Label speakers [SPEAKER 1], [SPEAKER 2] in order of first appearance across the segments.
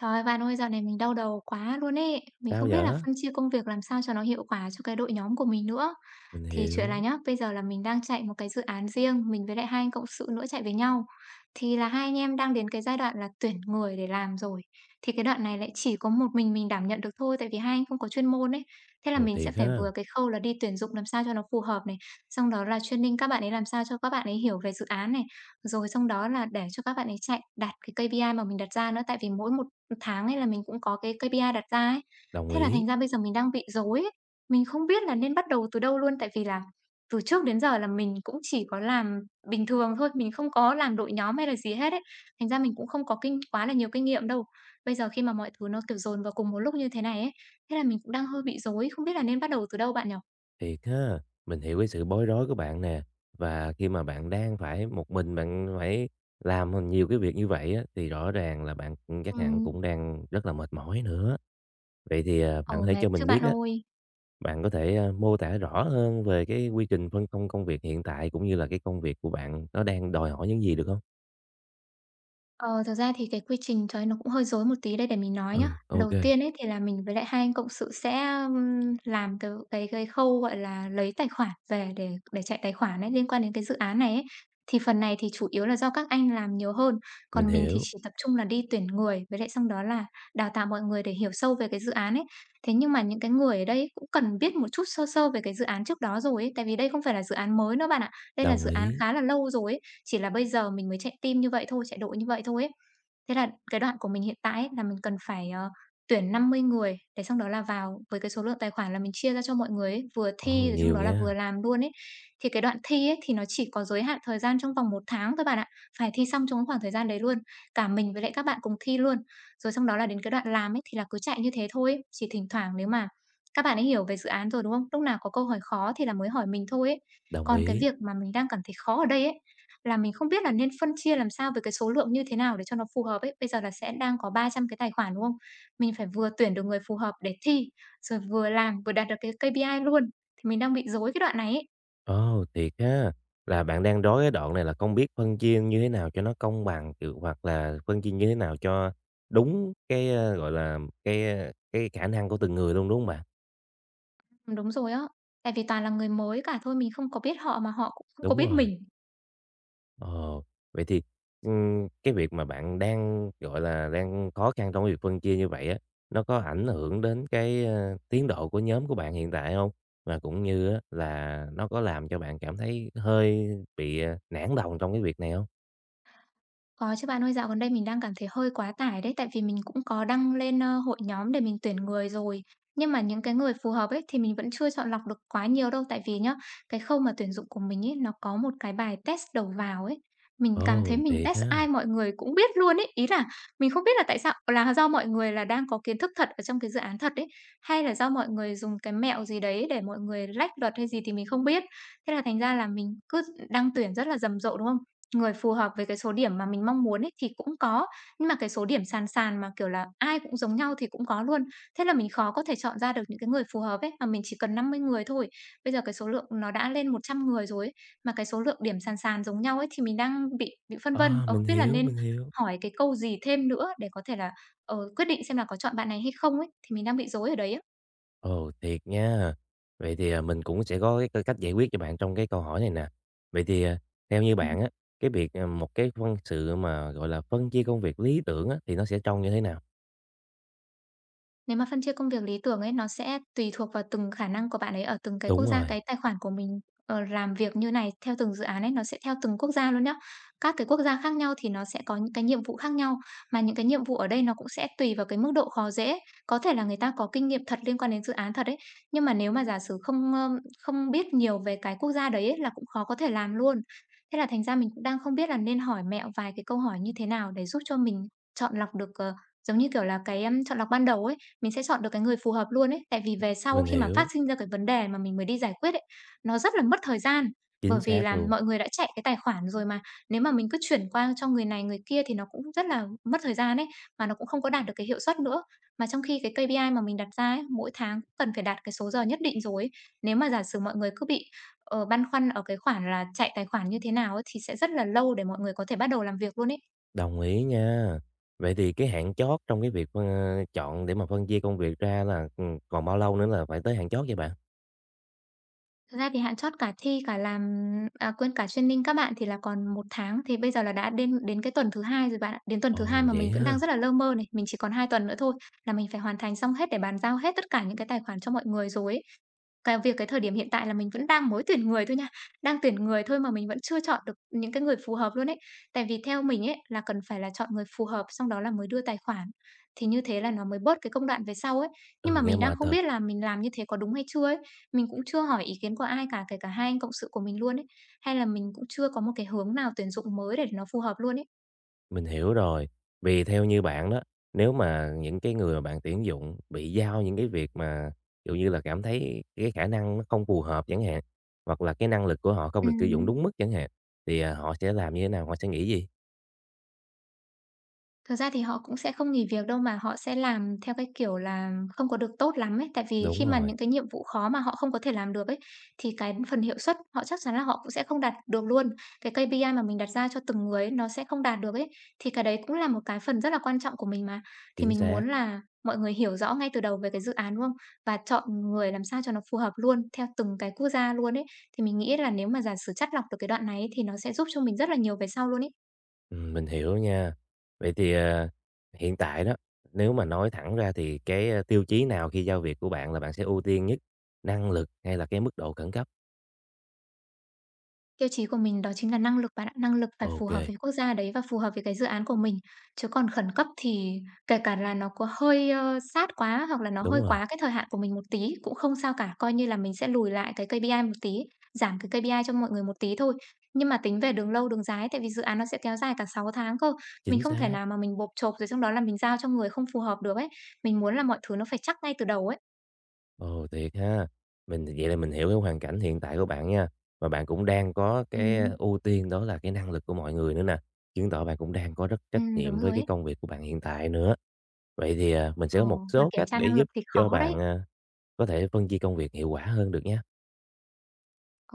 [SPEAKER 1] Trời ơi, bạn ơi, dạo này mình đau đầu quá luôn ấy. Mình
[SPEAKER 2] Sao
[SPEAKER 1] không biết là
[SPEAKER 2] vậy?
[SPEAKER 1] phân chia công việc làm sao cho nó hiệu quả cho cái đội nhóm của mình nữa.
[SPEAKER 2] Mình
[SPEAKER 1] Thì chuyện là
[SPEAKER 2] hiểu.
[SPEAKER 1] nhá, bây giờ là mình đang chạy một cái dự án riêng, mình với lại hai anh cộng sự nữa chạy với nhau. Thì là hai anh em đang đến cái giai đoạn là tuyển người để làm rồi. Thì cái đoạn này lại chỉ có một mình đảm nhận được thôi, tại vì hai anh không có chuyên môn ấy. Thế là
[SPEAKER 2] Ồ,
[SPEAKER 1] mình sẽ
[SPEAKER 2] thiệt
[SPEAKER 1] phải
[SPEAKER 2] ha,
[SPEAKER 1] vừa cái khâu là đi tuyển dụng làm sao cho nó phù hợp này, xong đó là training các bạn ấy làm sao cho các bạn ấy hiểu về dự án này, rồi xong đó là để cho các bạn ấy chạy đạt cái KPI mà mình đặt ra nữa, tại vì mỗi một tháng ấy là mình cũng có cái KPI đặt ra ấy.
[SPEAKER 2] đồng
[SPEAKER 1] Thế là
[SPEAKER 2] ý,
[SPEAKER 1] thành ra bây giờ mình đang bị rối ấy. Mình không biết là nên bắt đầu từ đâu luôn, tại vì là từ trước đến giờ là mình cũng chỉ có làm bình thường thôi, mình không có làm đội nhóm hay là gì hết ấy. Thành ra mình cũng không có kinh quá là nhiều kinh nghiệm đâu. Bây giờ khi mà mọi thứ nó, kiểu, dồn vào cùng một lúc như thế này ấy, thế là mình cũng đang hơi bị rối, không biết là nên bắt đầu từ đâu bạn nhỉ?
[SPEAKER 2] thiệt ha. Mình hiểu cái sự bối rối của bạn nè. Và khi mà bạn đang phải một mình bạn phải làm nhiều cái việc như vậy á, thì rõ ràng là chắc hẳn
[SPEAKER 1] Ừm.
[SPEAKER 2] cũng đang rất là mệt mỏi nữa. Vậy thì bạn
[SPEAKER 1] Ồ,
[SPEAKER 2] có thể
[SPEAKER 1] mệt
[SPEAKER 2] cho
[SPEAKER 1] chứ
[SPEAKER 2] mình
[SPEAKER 1] bạn
[SPEAKER 2] biết á,
[SPEAKER 1] ơi.
[SPEAKER 2] bạn có thể mô tả rõ hơn về cái quy trình phân công công việc hiện tại cũng như là cái công việc của bạn nó đang đòi hỏi những gì được không?
[SPEAKER 1] Ờ, thật ra thì cái quy trình trời nó cũng hơi rối một tí đây để mình nói nhá.
[SPEAKER 2] Ừ, ok,
[SPEAKER 1] Đầu tiên ấy thì là mình với lại hai anh cộng sự sẽ, làm từ cái khâu, gọi là, lấy tài khoản về để chạy tài khoản ấy, liên quan đến cái dự án này ấy. Thì phần này thì chủ yếu là do các anh làm nhiều hơn,
[SPEAKER 2] mình
[SPEAKER 1] còn mình thì
[SPEAKER 2] hiểu,
[SPEAKER 1] chỉ tập trung là đi tuyển người, với lại xong đó là đào tạo mọi người để hiểu sâu về cái dự án ấy. Thế nhưng mà những cái người ở đây ấy cũng cần biết một chút sơ sơ về cái dự án trước đó rồi ấy, tại vì đây không phải là dự án mới nữa bạn ạ, đây là
[SPEAKER 2] đồng
[SPEAKER 1] dự án
[SPEAKER 2] ý.
[SPEAKER 1] khá là lâu rồi ấy. Chỉ là bây giờ mình mới chạy team như vậy thôi, chạy đội như vậy thôi ấy. Thế là cái đoạn của mình hiện tại ấy, là mình cần phải, tuyển 50 người, để xong đó là vào với cái số lượng tài khoản là mình chia ra cho mọi người ấy, vừa
[SPEAKER 2] Ồ,
[SPEAKER 1] thi rồi xong
[SPEAKER 2] nhiều
[SPEAKER 1] đó là vừa
[SPEAKER 2] nha,
[SPEAKER 1] làm luôn ấy. Thì cái đoạn thi ấy, thì nó chỉ có giới hạn thời gian trong vòng một tháng thôi bạn ạ, phải thi xong trong cái khoảng thời gian đấy luôn, cả mình với lại các bạn cùng thi luôn. Rồi xong đó là đến cái đoạn làm ấy, thì là cứ chạy như thế thôi ấy, chỉ thỉnh thoảng nếu mà các bạn ấy hiểu về dự án rồi, đúng không? Lúc nào có câu hỏi khó thì là mới hỏi mình thôi ấy.
[SPEAKER 2] đồng
[SPEAKER 1] Còn cái
[SPEAKER 2] ý.
[SPEAKER 1] việc mà mình đang cảm thấy khó ở đây ấy, là mình không biết là nên phân chia làm sao với cái số lượng như thế nào để cho nó phù hợp ấy. Bây giờ là sẽ đang có 300 cái tài khoản, đúng không? Mình phải vừa tuyển được người phù hợp để thi, rồi vừa làm, vừa đạt được cái KPI luôn. Thì mình đang bị rối cái đoạn này ấy.
[SPEAKER 2] Ồ, thiệt ha! Là bạn đang rối cái đoạn này là không biết phân chia như thế nào cho nó công bằng, kiểu, hoặc là phân chia như thế nào cho đúng cái, gọi là, cái khả năng của từng người luôn, đúng hông bạn?
[SPEAKER 1] Ừ, đúng rồi á. Tại vì toàn là người mới cả thôi, mình không có biết họ mà họ cũng không có
[SPEAKER 2] Đúng
[SPEAKER 1] biết
[SPEAKER 2] rồi,
[SPEAKER 1] mình.
[SPEAKER 2] ờ, vậy thì, cái việc mà bạn đang, gọi là, đang khó khăn trong cái việc phân chia như vậy á, nó có ảnh hưởng đến cái, tiến độ của nhóm của bạn hiện tại hông? Và cũng như á là nó có làm cho bạn cảm thấy hơi bị, nản lòng trong cái việc này hông?
[SPEAKER 1] Có chứ bạn ơi, dạo gần đây mình đang cảm thấy hơi quá tải đấy, tại vì mình cũng có đăng lên, hội nhóm để mình tuyển người rồi. Nhưng mà những cái người phù hợp ấy thì mình vẫn chưa chọn lọc được quá nhiều đâu, tại vì nhá, cái khâu mà tuyển dụng của mình ấy, nó có một cái bài test đầu vào ấy. Mình cảm thấy
[SPEAKER 2] Ồ,
[SPEAKER 1] mình
[SPEAKER 2] thiệt
[SPEAKER 1] test
[SPEAKER 2] ha!
[SPEAKER 1] ai mọi người cũng biết luôn ấy. Ý là mình không biết là tại sao là do mọi người là đang có kiến thức thật ở trong cái dự án thật ấy, hay là do mọi người dùng cái mẹo gì đấy để mọi người lách luật hay gì thì mình không biết. Thế là thành ra là mình cứ đăng tuyển rất là rầm rộ, đúng không? Người phù hợp với cái số điểm mà mình mong muốn ấy thì cũng có, nhưng mà cái số điểm sàn sàn mà, kiểu là, ai cũng giống nhau thì cũng có luôn. Thế là mình khó có thể chọn ra được những cái người phù hợp ấy, mà mình chỉ cần 50 người thôi. Bây giờ cái số lượng nó đã lên 100 người rồi ấy, mà cái số lượng điểm sàn sàn giống nhau ấy thì mình đang bị phân vân,
[SPEAKER 2] À,
[SPEAKER 1] không biết là nên
[SPEAKER 2] mình hiểu.
[SPEAKER 1] hỏi cái câu gì thêm nữa để có thể là, quyết định xem là có chọn bạn này hay không ấy, thì mình đang bị rối ở đấy á.
[SPEAKER 2] Ồ, thiệt nha. Vậy thì, à, mình cũng sẽ có cái cách giải quyết cho bạn trong cái câu hỏi này nè. Vậy thì, à, theo như
[SPEAKER 1] Ừm.
[SPEAKER 2] bạn á, cái việc, à, một cái phân sự mà, gọi là, phân chia công việc lý tưởng á, thì nó sẽ trông như thế nào?
[SPEAKER 1] Nếu mà phân chia công việc lý tưởng ấy, nó sẽ tùy thuộc vào từng khả năng của bạn ấy ở từng cái quốc
[SPEAKER 2] Đúng
[SPEAKER 1] gia,
[SPEAKER 2] rồi,
[SPEAKER 1] cái tài khoản của mình, làm việc như này theo từng dự án ấy, nó sẽ theo từng quốc gia luôn nhá. Các cái quốc gia khác nhau thì nó sẽ có những cái nhiệm vụ khác nhau, mà những cái nhiệm vụ ở đây nó cũng sẽ tùy vào cái mức độ khó dễ. Có thể là người ta có kinh nghiệm thật liên quan đến dự án thật ấy, nhưng mà nếu mà giả sử không biết nhiều về cái quốc gia đấy ấy, là cũng khó có thể làm luôn. Thế là thành ra mình cũng đang không biết là nên hỏi mẹo vài cái câu hỏi như thế nào để giúp cho mình chọn lọc được, giống như kiểu là, cái, chọn lọc ban đầu ấy, mình sẽ chọn được cái người phù hợp luôn ấy. Tại vì về sau
[SPEAKER 2] mình
[SPEAKER 1] khi mà phát
[SPEAKER 2] hiểu,
[SPEAKER 1] sinh ra cái vấn đề mà mình mới đi giải quyết ấy, nó rất là mất thời gian. Bởi
[SPEAKER 2] chính
[SPEAKER 1] vì
[SPEAKER 2] xác
[SPEAKER 1] là
[SPEAKER 2] luôn,
[SPEAKER 1] mọi người đã chạy cái tài khoản rồi mà, nếu mà mình cứ chuyển qua cho người này người kia thì nó cũng rất là mất thời gian ấy, mà nó cũng không có đạt được cái hiệu suất nữa. Mà trong khi cái KPI mà mình đặt ra ấy, mỗi tháng cũng cần phải đạt cái số giờ nhất định rồi ấy. Nếu mà giả sử mọi người cứ bị, băn khoăn ở cái khoản là chạy tài khoản như thế nào ấy, thì sẽ rất là lâu để mọi người có thể bắt đầu làm việc luôn ấy.
[SPEAKER 2] đồng ý nha. Vậy thì cái hạn chót trong cái việc, chọn để mà phân chia công việc ra là, còn bao lâu nữa là phải tới hạn chót vậy bạn?
[SPEAKER 1] Thật ra thì hạn chót cả thi cả làm à, quên, cả training các bạn thì là còn một tháng, thì bây giờ là đã đến đến cái tuần thứ 2 rồi bạn ạ. Đến tuần thứ 2
[SPEAKER 2] Ồ,
[SPEAKER 1] mà
[SPEAKER 2] vậy
[SPEAKER 1] mình vẫn đang
[SPEAKER 2] ha?
[SPEAKER 1] rất là lơ mơ này, mình chỉ còn 2 tuần nữa thôi là mình phải hoàn thành xong hết để bàn giao hết tất cả những cái tài khoản cho mọi người rồi ấy. Cái việc cái thời điểm hiện tại là mình vẫn đang mới tuyển người thôi nha, đang tuyển người thôi mà mình vẫn chưa chọn được những cái người phù hợp luôn ấy. Tại vì theo mình ấy là cần phải là chọn người phù hợp, xong đó là mới đưa tài khoản, thì như thế là nó mới bớt cái công đoạn về sau ấy. Nhưng
[SPEAKER 2] Ừ,
[SPEAKER 1] mà
[SPEAKER 2] nghe
[SPEAKER 1] mình đang
[SPEAKER 2] mệt
[SPEAKER 1] không
[SPEAKER 2] thật.
[SPEAKER 1] biết là mình làm như thế có đúng hay chưa ấy. Mình cũng chưa hỏi ý kiến của ai cả, kể cả hai anh cộng sự của mình luôn ấy, hay là mình cũng chưa có một cái hướng nào tuyển dụng mới để nó phù hợp luôn ấy.
[SPEAKER 2] Mình hiểu rồi. Vì theo như bạn đó, nếu mà những cái người mà bạn tuyển dụng bị giao những cái việc mà, ví dụ như là, cảm thấy cái khả năng nó không phù hợp chẳng hạn, hoặc là cái năng lực của họ không được sử dụng
[SPEAKER 1] Ừm.
[SPEAKER 2] đúng mức chẳng hạn, thì, họ sẽ làm như thế nào? Họ sẽ nghĩ gì?
[SPEAKER 1] Thật ra thì họ cũng sẽ không nghỉ việc đâu mà họ sẽ làm theo cái kiểu là không có được tốt lắm ấy. Tại vì khi
[SPEAKER 2] Đúng
[SPEAKER 1] mà
[SPEAKER 2] rồi,
[SPEAKER 1] những cái nhiệm vụ khó mà họ không có thể làm được ấy, thì cái phần hiệu suất họ chắc chắn là họ cũng sẽ không đạt được luôn. Cái KPI mà mình đặt ra cho từng người ấy, nó sẽ không đạt được ấy. Thì cái đấy cũng là một cái phần rất là quan trọng của mình mà. Thì
[SPEAKER 2] chính
[SPEAKER 1] mình
[SPEAKER 2] xác.
[SPEAKER 1] muốn là mọi người hiểu rõ ngay từ đầu về cái dự án đúng không? Và chọn người làm sao cho nó phù hợp luôn theo từng cái quốc gia luôn ấy. Thì mình nghĩ là nếu mà giả sử chắt lọc được cái đoạn này ấy, thì nó sẽ giúp cho mình rất là nhiều về sau luôn ấy.
[SPEAKER 2] Mình hiểu nha. Vậy thì, à, hiện tại đó, nếu mà nói thẳng ra thì cái, tiêu chí nào khi giao việc của bạn là bạn sẽ ưu tiên nhất? Năng lực hay là cái mức độ khẩn cấp?
[SPEAKER 1] Tiêu chí của mình đó chính là năng lực bạn ạ. Năng lực phải phù hợp
[SPEAKER 2] Ok,
[SPEAKER 1] với quốc gia đấy và phù hợp với cái dự án của mình. Chứ còn khẩn cấp thì kể cả là nó có hơi sát quá hoặc là nó hơi
[SPEAKER 2] đúng rồi,
[SPEAKER 1] quá cái thời hạn của mình một tí cũng không sao cả, coi như là mình sẽ lùi lại cái KPI một tí, giảm cái KPI cho mọi người một tí thôi. Nhưng mà tính về đường lâu đường dài ấy, tại vì dự án nó sẽ kéo dài cả 6 tháng cơ, mình
[SPEAKER 2] chính
[SPEAKER 1] không thể
[SPEAKER 2] xác.
[SPEAKER 1] nào mà mình bộp chộp rồi trong đó là mình giao cho người không phù hợp được ấy. Mình muốn là mọi thứ nó phải chắc ngay từ đầu ấy.
[SPEAKER 2] Ồ, thiệt ha. Mình vậy là Mình hiểu cái hoàn cảnh hiện tại của bạn nha. Và bạn cũng đang có cái ờ,
[SPEAKER 1] Ừm,
[SPEAKER 2] ưu tiên đó là cái năng lực của mọi người nữa nè. Chứng tỏ bạn cũng đang có rất trách
[SPEAKER 1] đúng
[SPEAKER 2] nhiệm với
[SPEAKER 1] rồi
[SPEAKER 2] cái
[SPEAKER 1] ấy.
[SPEAKER 2] công việc của bạn hiện tại nữa. Vậy thì, à, mình sẽ
[SPEAKER 1] Ờ,
[SPEAKER 2] có một
[SPEAKER 1] mà
[SPEAKER 2] số
[SPEAKER 1] kiểm
[SPEAKER 2] cách
[SPEAKER 1] tra
[SPEAKER 2] để
[SPEAKER 1] năng lực
[SPEAKER 2] giúp
[SPEAKER 1] thì
[SPEAKER 2] cho
[SPEAKER 1] khó đấy.
[SPEAKER 2] bạn, có thể phân chia công việc hiệu quả hơn được nha.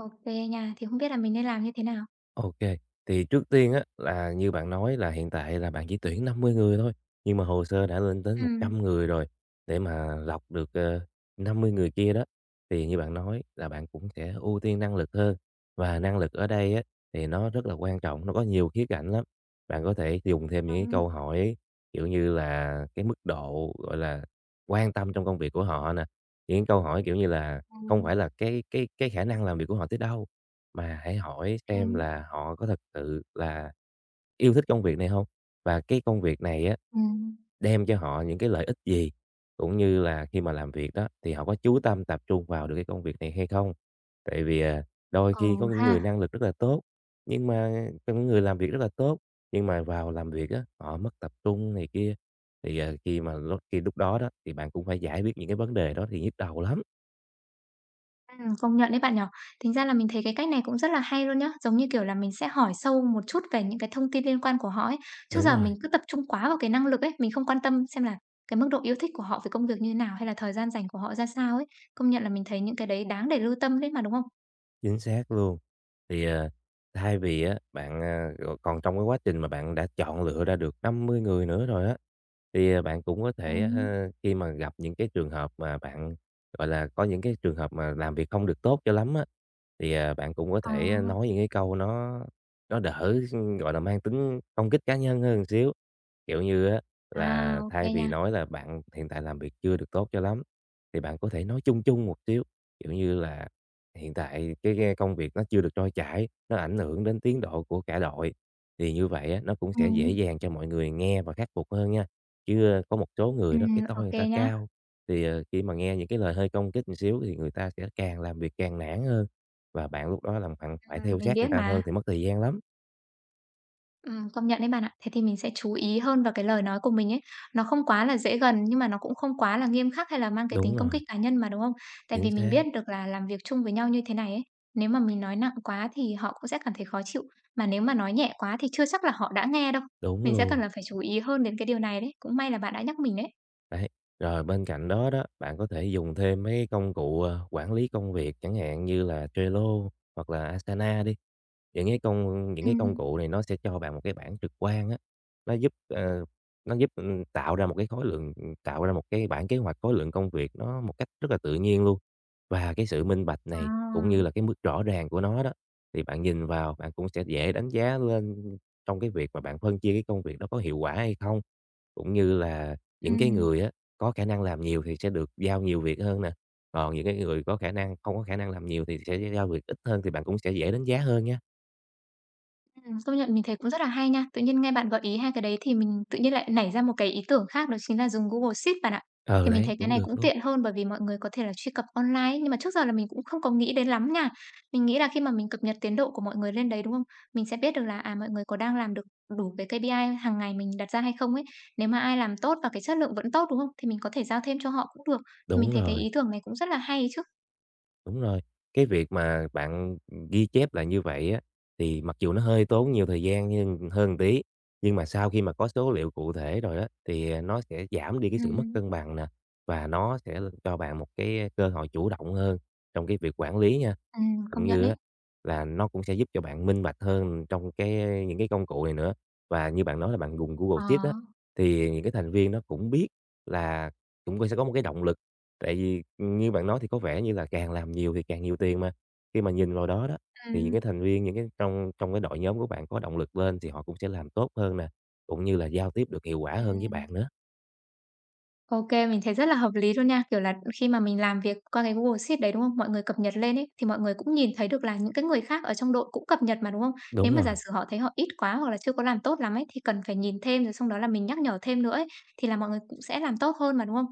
[SPEAKER 1] OK kê nha, thì không biết là mình nên làm như thế nào?
[SPEAKER 2] OK. Thì trước tiên á, là như bạn nói là hiện tại là bạn chỉ tuyển 50 người thôi, nhưng mà hồ sơ đã lên đến
[SPEAKER 1] Ừ.
[SPEAKER 2] 100 người rồi, để mà lọc được, ờ, 50 người kia đó, thì như bạn nói là bạn cũng sẽ ưu tiên năng lực hơn. Và năng lực ở đây á, thì nó rất là quan trọng, nó có nhiều khía cạnh lắm. Bạn có thể dùng thêm
[SPEAKER 1] Ừ.
[SPEAKER 2] những cái câu hỏi, kiểu như là, cái mức độ, gọi là, quan tâm trong công việc của họ nè, những câu hỏi, kiểu như là,
[SPEAKER 1] Ừ.
[SPEAKER 2] không phải là cái khả năng làm việc của họ tới đâu mà hãy hỏi
[SPEAKER 1] Ừm,
[SPEAKER 2] xem
[SPEAKER 1] ừm.
[SPEAKER 2] là họ có thật sự là yêu thích công việc này không. Và cái công việc này á,
[SPEAKER 1] Ừ.
[SPEAKER 2] đem cho họ những cái lợi ích gì? Cũng như là khi mà làm việc đó, thì họ có chú tâm tập trung vào được cái công việc này hay không? Tại vì, à, đôi
[SPEAKER 1] Ồ
[SPEAKER 2] khi có những
[SPEAKER 1] ha,
[SPEAKER 2] người năng lực rất là tốt, nhưng mà có những người làm việc rất là tốt, nhưng mà vào làm việc á, họ mất tập trung này kia, thì, ờ, khi lúc đó đó, thì bạn cũng phải giải quyết những cái vấn đề đó thì nhức đầu lắm.
[SPEAKER 1] công nhận đấy bạn nhỏ. Tính ra là mình thấy cái cách này cũng rất là hay luôn nhá, giống như, kiểu là, mình sẽ hỏi sâu một chút về những cái thông tin liên quan của họ ấy. Trước
[SPEAKER 2] Đúng
[SPEAKER 1] giờ
[SPEAKER 2] rồi.
[SPEAKER 1] mình cứ tập trung quá vào cái năng lực ấy, mình không quan tâm xem là cái mức độ yêu thích của họ về công việc như thế nào hay là thời gian rảnh của họ ra sao ấy. Công nhận là mình thấy những cái đấy đáng để lưu tâm đấy mà, đúng không?
[SPEAKER 2] Chính xác luôn. Thì, ờ, thay vì á, bạn, còn trong cái quá trình mà bạn đã chọn lựa ra được 50 người nữa rồi á, thì, à, bạn cũng có
[SPEAKER 1] Ừ.
[SPEAKER 2] thể, khi mà gặp những cái trường hợp mà bạn, gọi là, có những cái trường hợp mà làm việc không được tốt cho lắm á, thì, à, bạn cũng có
[SPEAKER 1] ờ,
[SPEAKER 2] thể nói những cái câu nó đỡ, gọi là, mang tính công kích cá nhân hơn xíu. Kiểu như á là
[SPEAKER 1] OK
[SPEAKER 2] thay vì
[SPEAKER 1] nha.
[SPEAKER 2] nói là "Bạn hiện tại làm việc chưa được tốt cho lắm", thì bạn có thể nói chung chung một xíu, kiểu như là "Hiện tại cái công việc nó chưa được trôi chảy, nó ảnh hưởng đến tiến độ của cả đội." Thì như vậy á, nó cũng
[SPEAKER 1] Ừ.
[SPEAKER 2] sẽ dễ dàng cho mọi người nghe và khắc phục hơn nha. Chứ, có một số
[SPEAKER 1] Ừ.
[SPEAKER 2] người đó, cái tôi
[SPEAKER 1] OK
[SPEAKER 2] người
[SPEAKER 1] kê
[SPEAKER 2] ta
[SPEAKER 1] nhá.
[SPEAKER 2] cao, thì, ờ, khi mà nghe những cái lời hơi công kích một xíu thì người ta sẽ càng làm việc càng nản hơn, và bạn lúc đó làm bạn phải theo
[SPEAKER 1] Mình
[SPEAKER 2] sát người
[SPEAKER 1] biết
[SPEAKER 2] ta
[SPEAKER 1] mà.
[SPEAKER 2] hơn thì mất thời gian lắm.
[SPEAKER 1] Công nhận đấy bạn ạ. Thế thì mình sẽ chú ý hơn vào cái lời nói của mình ấy. Nó không quá là dễ gần nhưng mà nó cũng không quá là nghiêm khắc hay là mang cái tính
[SPEAKER 2] Đúng
[SPEAKER 1] công kích
[SPEAKER 2] rồi,
[SPEAKER 1] cá nhân mà, đúng không? Tại
[SPEAKER 2] chính
[SPEAKER 1] vì mình
[SPEAKER 2] xác,
[SPEAKER 1] biết được là làm việc chung với nhau như thế này ấy, nếu mà mình nói nặng quá thì họ cũng sẽ cảm thấy khó chịu, mà nếu mà nói nhẹ quá thì chưa chắc là họ đã nghe đâu.
[SPEAKER 2] đúng
[SPEAKER 1] Mình sẽ cần
[SPEAKER 2] luôn.
[SPEAKER 1] là phải chú ý hơn đến cái điều này đấy, cũng may là bạn đã nhắc mình đấy.
[SPEAKER 2] Đấy, rồi bên cạnh đó đó, bạn có thể dùng thêm mấy công cụ, ờ, quản lý công việc chẳng hạn như là Trello hoặc là Asana đi. Những cái công
[SPEAKER 1] Ừm.
[SPEAKER 2] cụ này nó sẽ cho bạn một cái bảng trực quan á, nó giúp, ờ, nó giúp, tạo ra một cái bảng kế hoạch khối lượng công việc nó một cách rất là tự nhiên luôn. Và cái sự minh bạch này, cũng như
[SPEAKER 1] À.
[SPEAKER 2] là cái mức rõ ràng của nó đó, thì bạn nhìn vào bạn cũng sẽ dễ đánh giá lên trong cái việc mà bạn phân chia cái công việc đó có hiệu quả hay không, cũng như là những cái
[SPEAKER 1] Ừm.
[SPEAKER 2] người á, có khả năng làm nhiều thì sẽ được giao nhiều việc hơn nè, còn những cái người có khả năng không có khả năng làm nhiều thì sẽ giao việc ít hơn thì bạn cũng sẽ dễ đánh giá hơn nha.
[SPEAKER 1] Công nhận mình thấy cũng rất là hay nha. Tự nhiên nghe bạn gợi ý hai cái đấy thì mình tự nhiên lại nảy ra một cái ý tưởng khác đó chính là dùng Google Sheets bạn ạ.
[SPEAKER 2] Ờ
[SPEAKER 1] Thì mình
[SPEAKER 2] đấy,
[SPEAKER 1] thấy cái
[SPEAKER 2] cũng
[SPEAKER 1] này
[SPEAKER 2] được
[SPEAKER 1] cũng
[SPEAKER 2] luôn.
[SPEAKER 1] tiện hơn bởi vì mọi người có thể là truy cập online ấy, nhưng mà trước giờ là mình cũng không có nghĩ đến lắm nha. Mình nghĩ là khi mà mình cập nhật tiến độ của mọi người lên đấy, đúng không? Mình sẽ biết được là, mọi người có đang làm được đủ cái KPI hàng ngày mình đặt ra hay không ấy. Nếu mà ai làm tốt và cái chất lượng vẫn tốt, đúng không? Thì mình có thể giao thêm cho họ cũng được. Thì mình
[SPEAKER 2] Đúng
[SPEAKER 1] thấy cái
[SPEAKER 2] rồi,
[SPEAKER 1] ý tưởng này cũng rất là hay chứ.
[SPEAKER 2] Đúng rồi. Cái việc mà bạn, ghi chép lại như vậy á, thì mặc dù nó hơi tốn nhiều thời gian nhưng hơn tí, nhưng mà sau khi mà có số liệu cụ thể rồi á, thì, à, nó sẽ giảm đi cái sự mất
[SPEAKER 1] Ừm,
[SPEAKER 2] cân bằng nè, và nó sẽ cho bạn một cái, cơ hội chủ động hơn trong cái việc quản lý nha. Cũng
[SPEAKER 1] công nhận
[SPEAKER 2] như
[SPEAKER 1] đấy.
[SPEAKER 2] á, là nó cũng sẽ giúp cho bạn minh bạch hơn trong cái, những cái công cụ này nữa. Và như bạn nói là bạn dùng Google
[SPEAKER 1] Ờ,
[SPEAKER 2] Sheets á, thì những cái thành viên nó cũng biết là cũng sẽ có một cái động lực. Tại vì như bạn nói thì có vẻ như là càng làm nhiều thì càng nhiều tiền mà. Khi mà nhìn vào đó đó, thì những cái
[SPEAKER 1] ừm,
[SPEAKER 2] thành viên, những cái trong trong cái đội nhóm của bạn có động lực lên thì họ cũng sẽ làm tốt hơn nè, cũng như là giao tiếp được hiệu quả hơn với
[SPEAKER 1] ừm.
[SPEAKER 2] bạn nữa.
[SPEAKER 1] OK, mình thấy rất là hợp lý luôn nha. Kiểu là khi mà mình làm việc qua cái Google Sheet đấy, đúng không? Mọi người cập nhật lên ấy, thì mọi người cũng nhìn thấy được là những cái người khác ở trong đội cũng cập nhật mà, đúng không? Nếu
[SPEAKER 2] Đúng
[SPEAKER 1] mà giả
[SPEAKER 2] rồi,
[SPEAKER 1] sử họ thấy họ ít quá hoặc là chưa có làm tốt lắm ấy, thì cần phải nhìn thêm rồi xong đó là mình nhắc nhở thêm nữa ấy, thì là mọi người cũng sẽ làm tốt hơn mà, đúng không?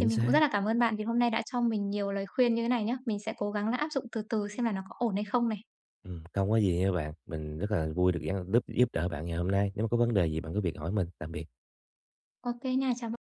[SPEAKER 1] Thì mình cũng rất
[SPEAKER 2] xác.
[SPEAKER 1] là cảm ơn bạn vì hôm nay đã cho mình nhiều lời khuyên như thế này nhá. Mình sẽ cố gắng là áp dụng từ từ xem là nó có ổn hay không này.
[SPEAKER 2] Không có gì nha bạn. Mình rất là vui được giúp giúp đỡ bạn ngày hôm nay. Nếu mà có vấn đề gì bạn cứ việc hỏi mình. Tạm biệt.
[SPEAKER 1] OK nha, chào bạn.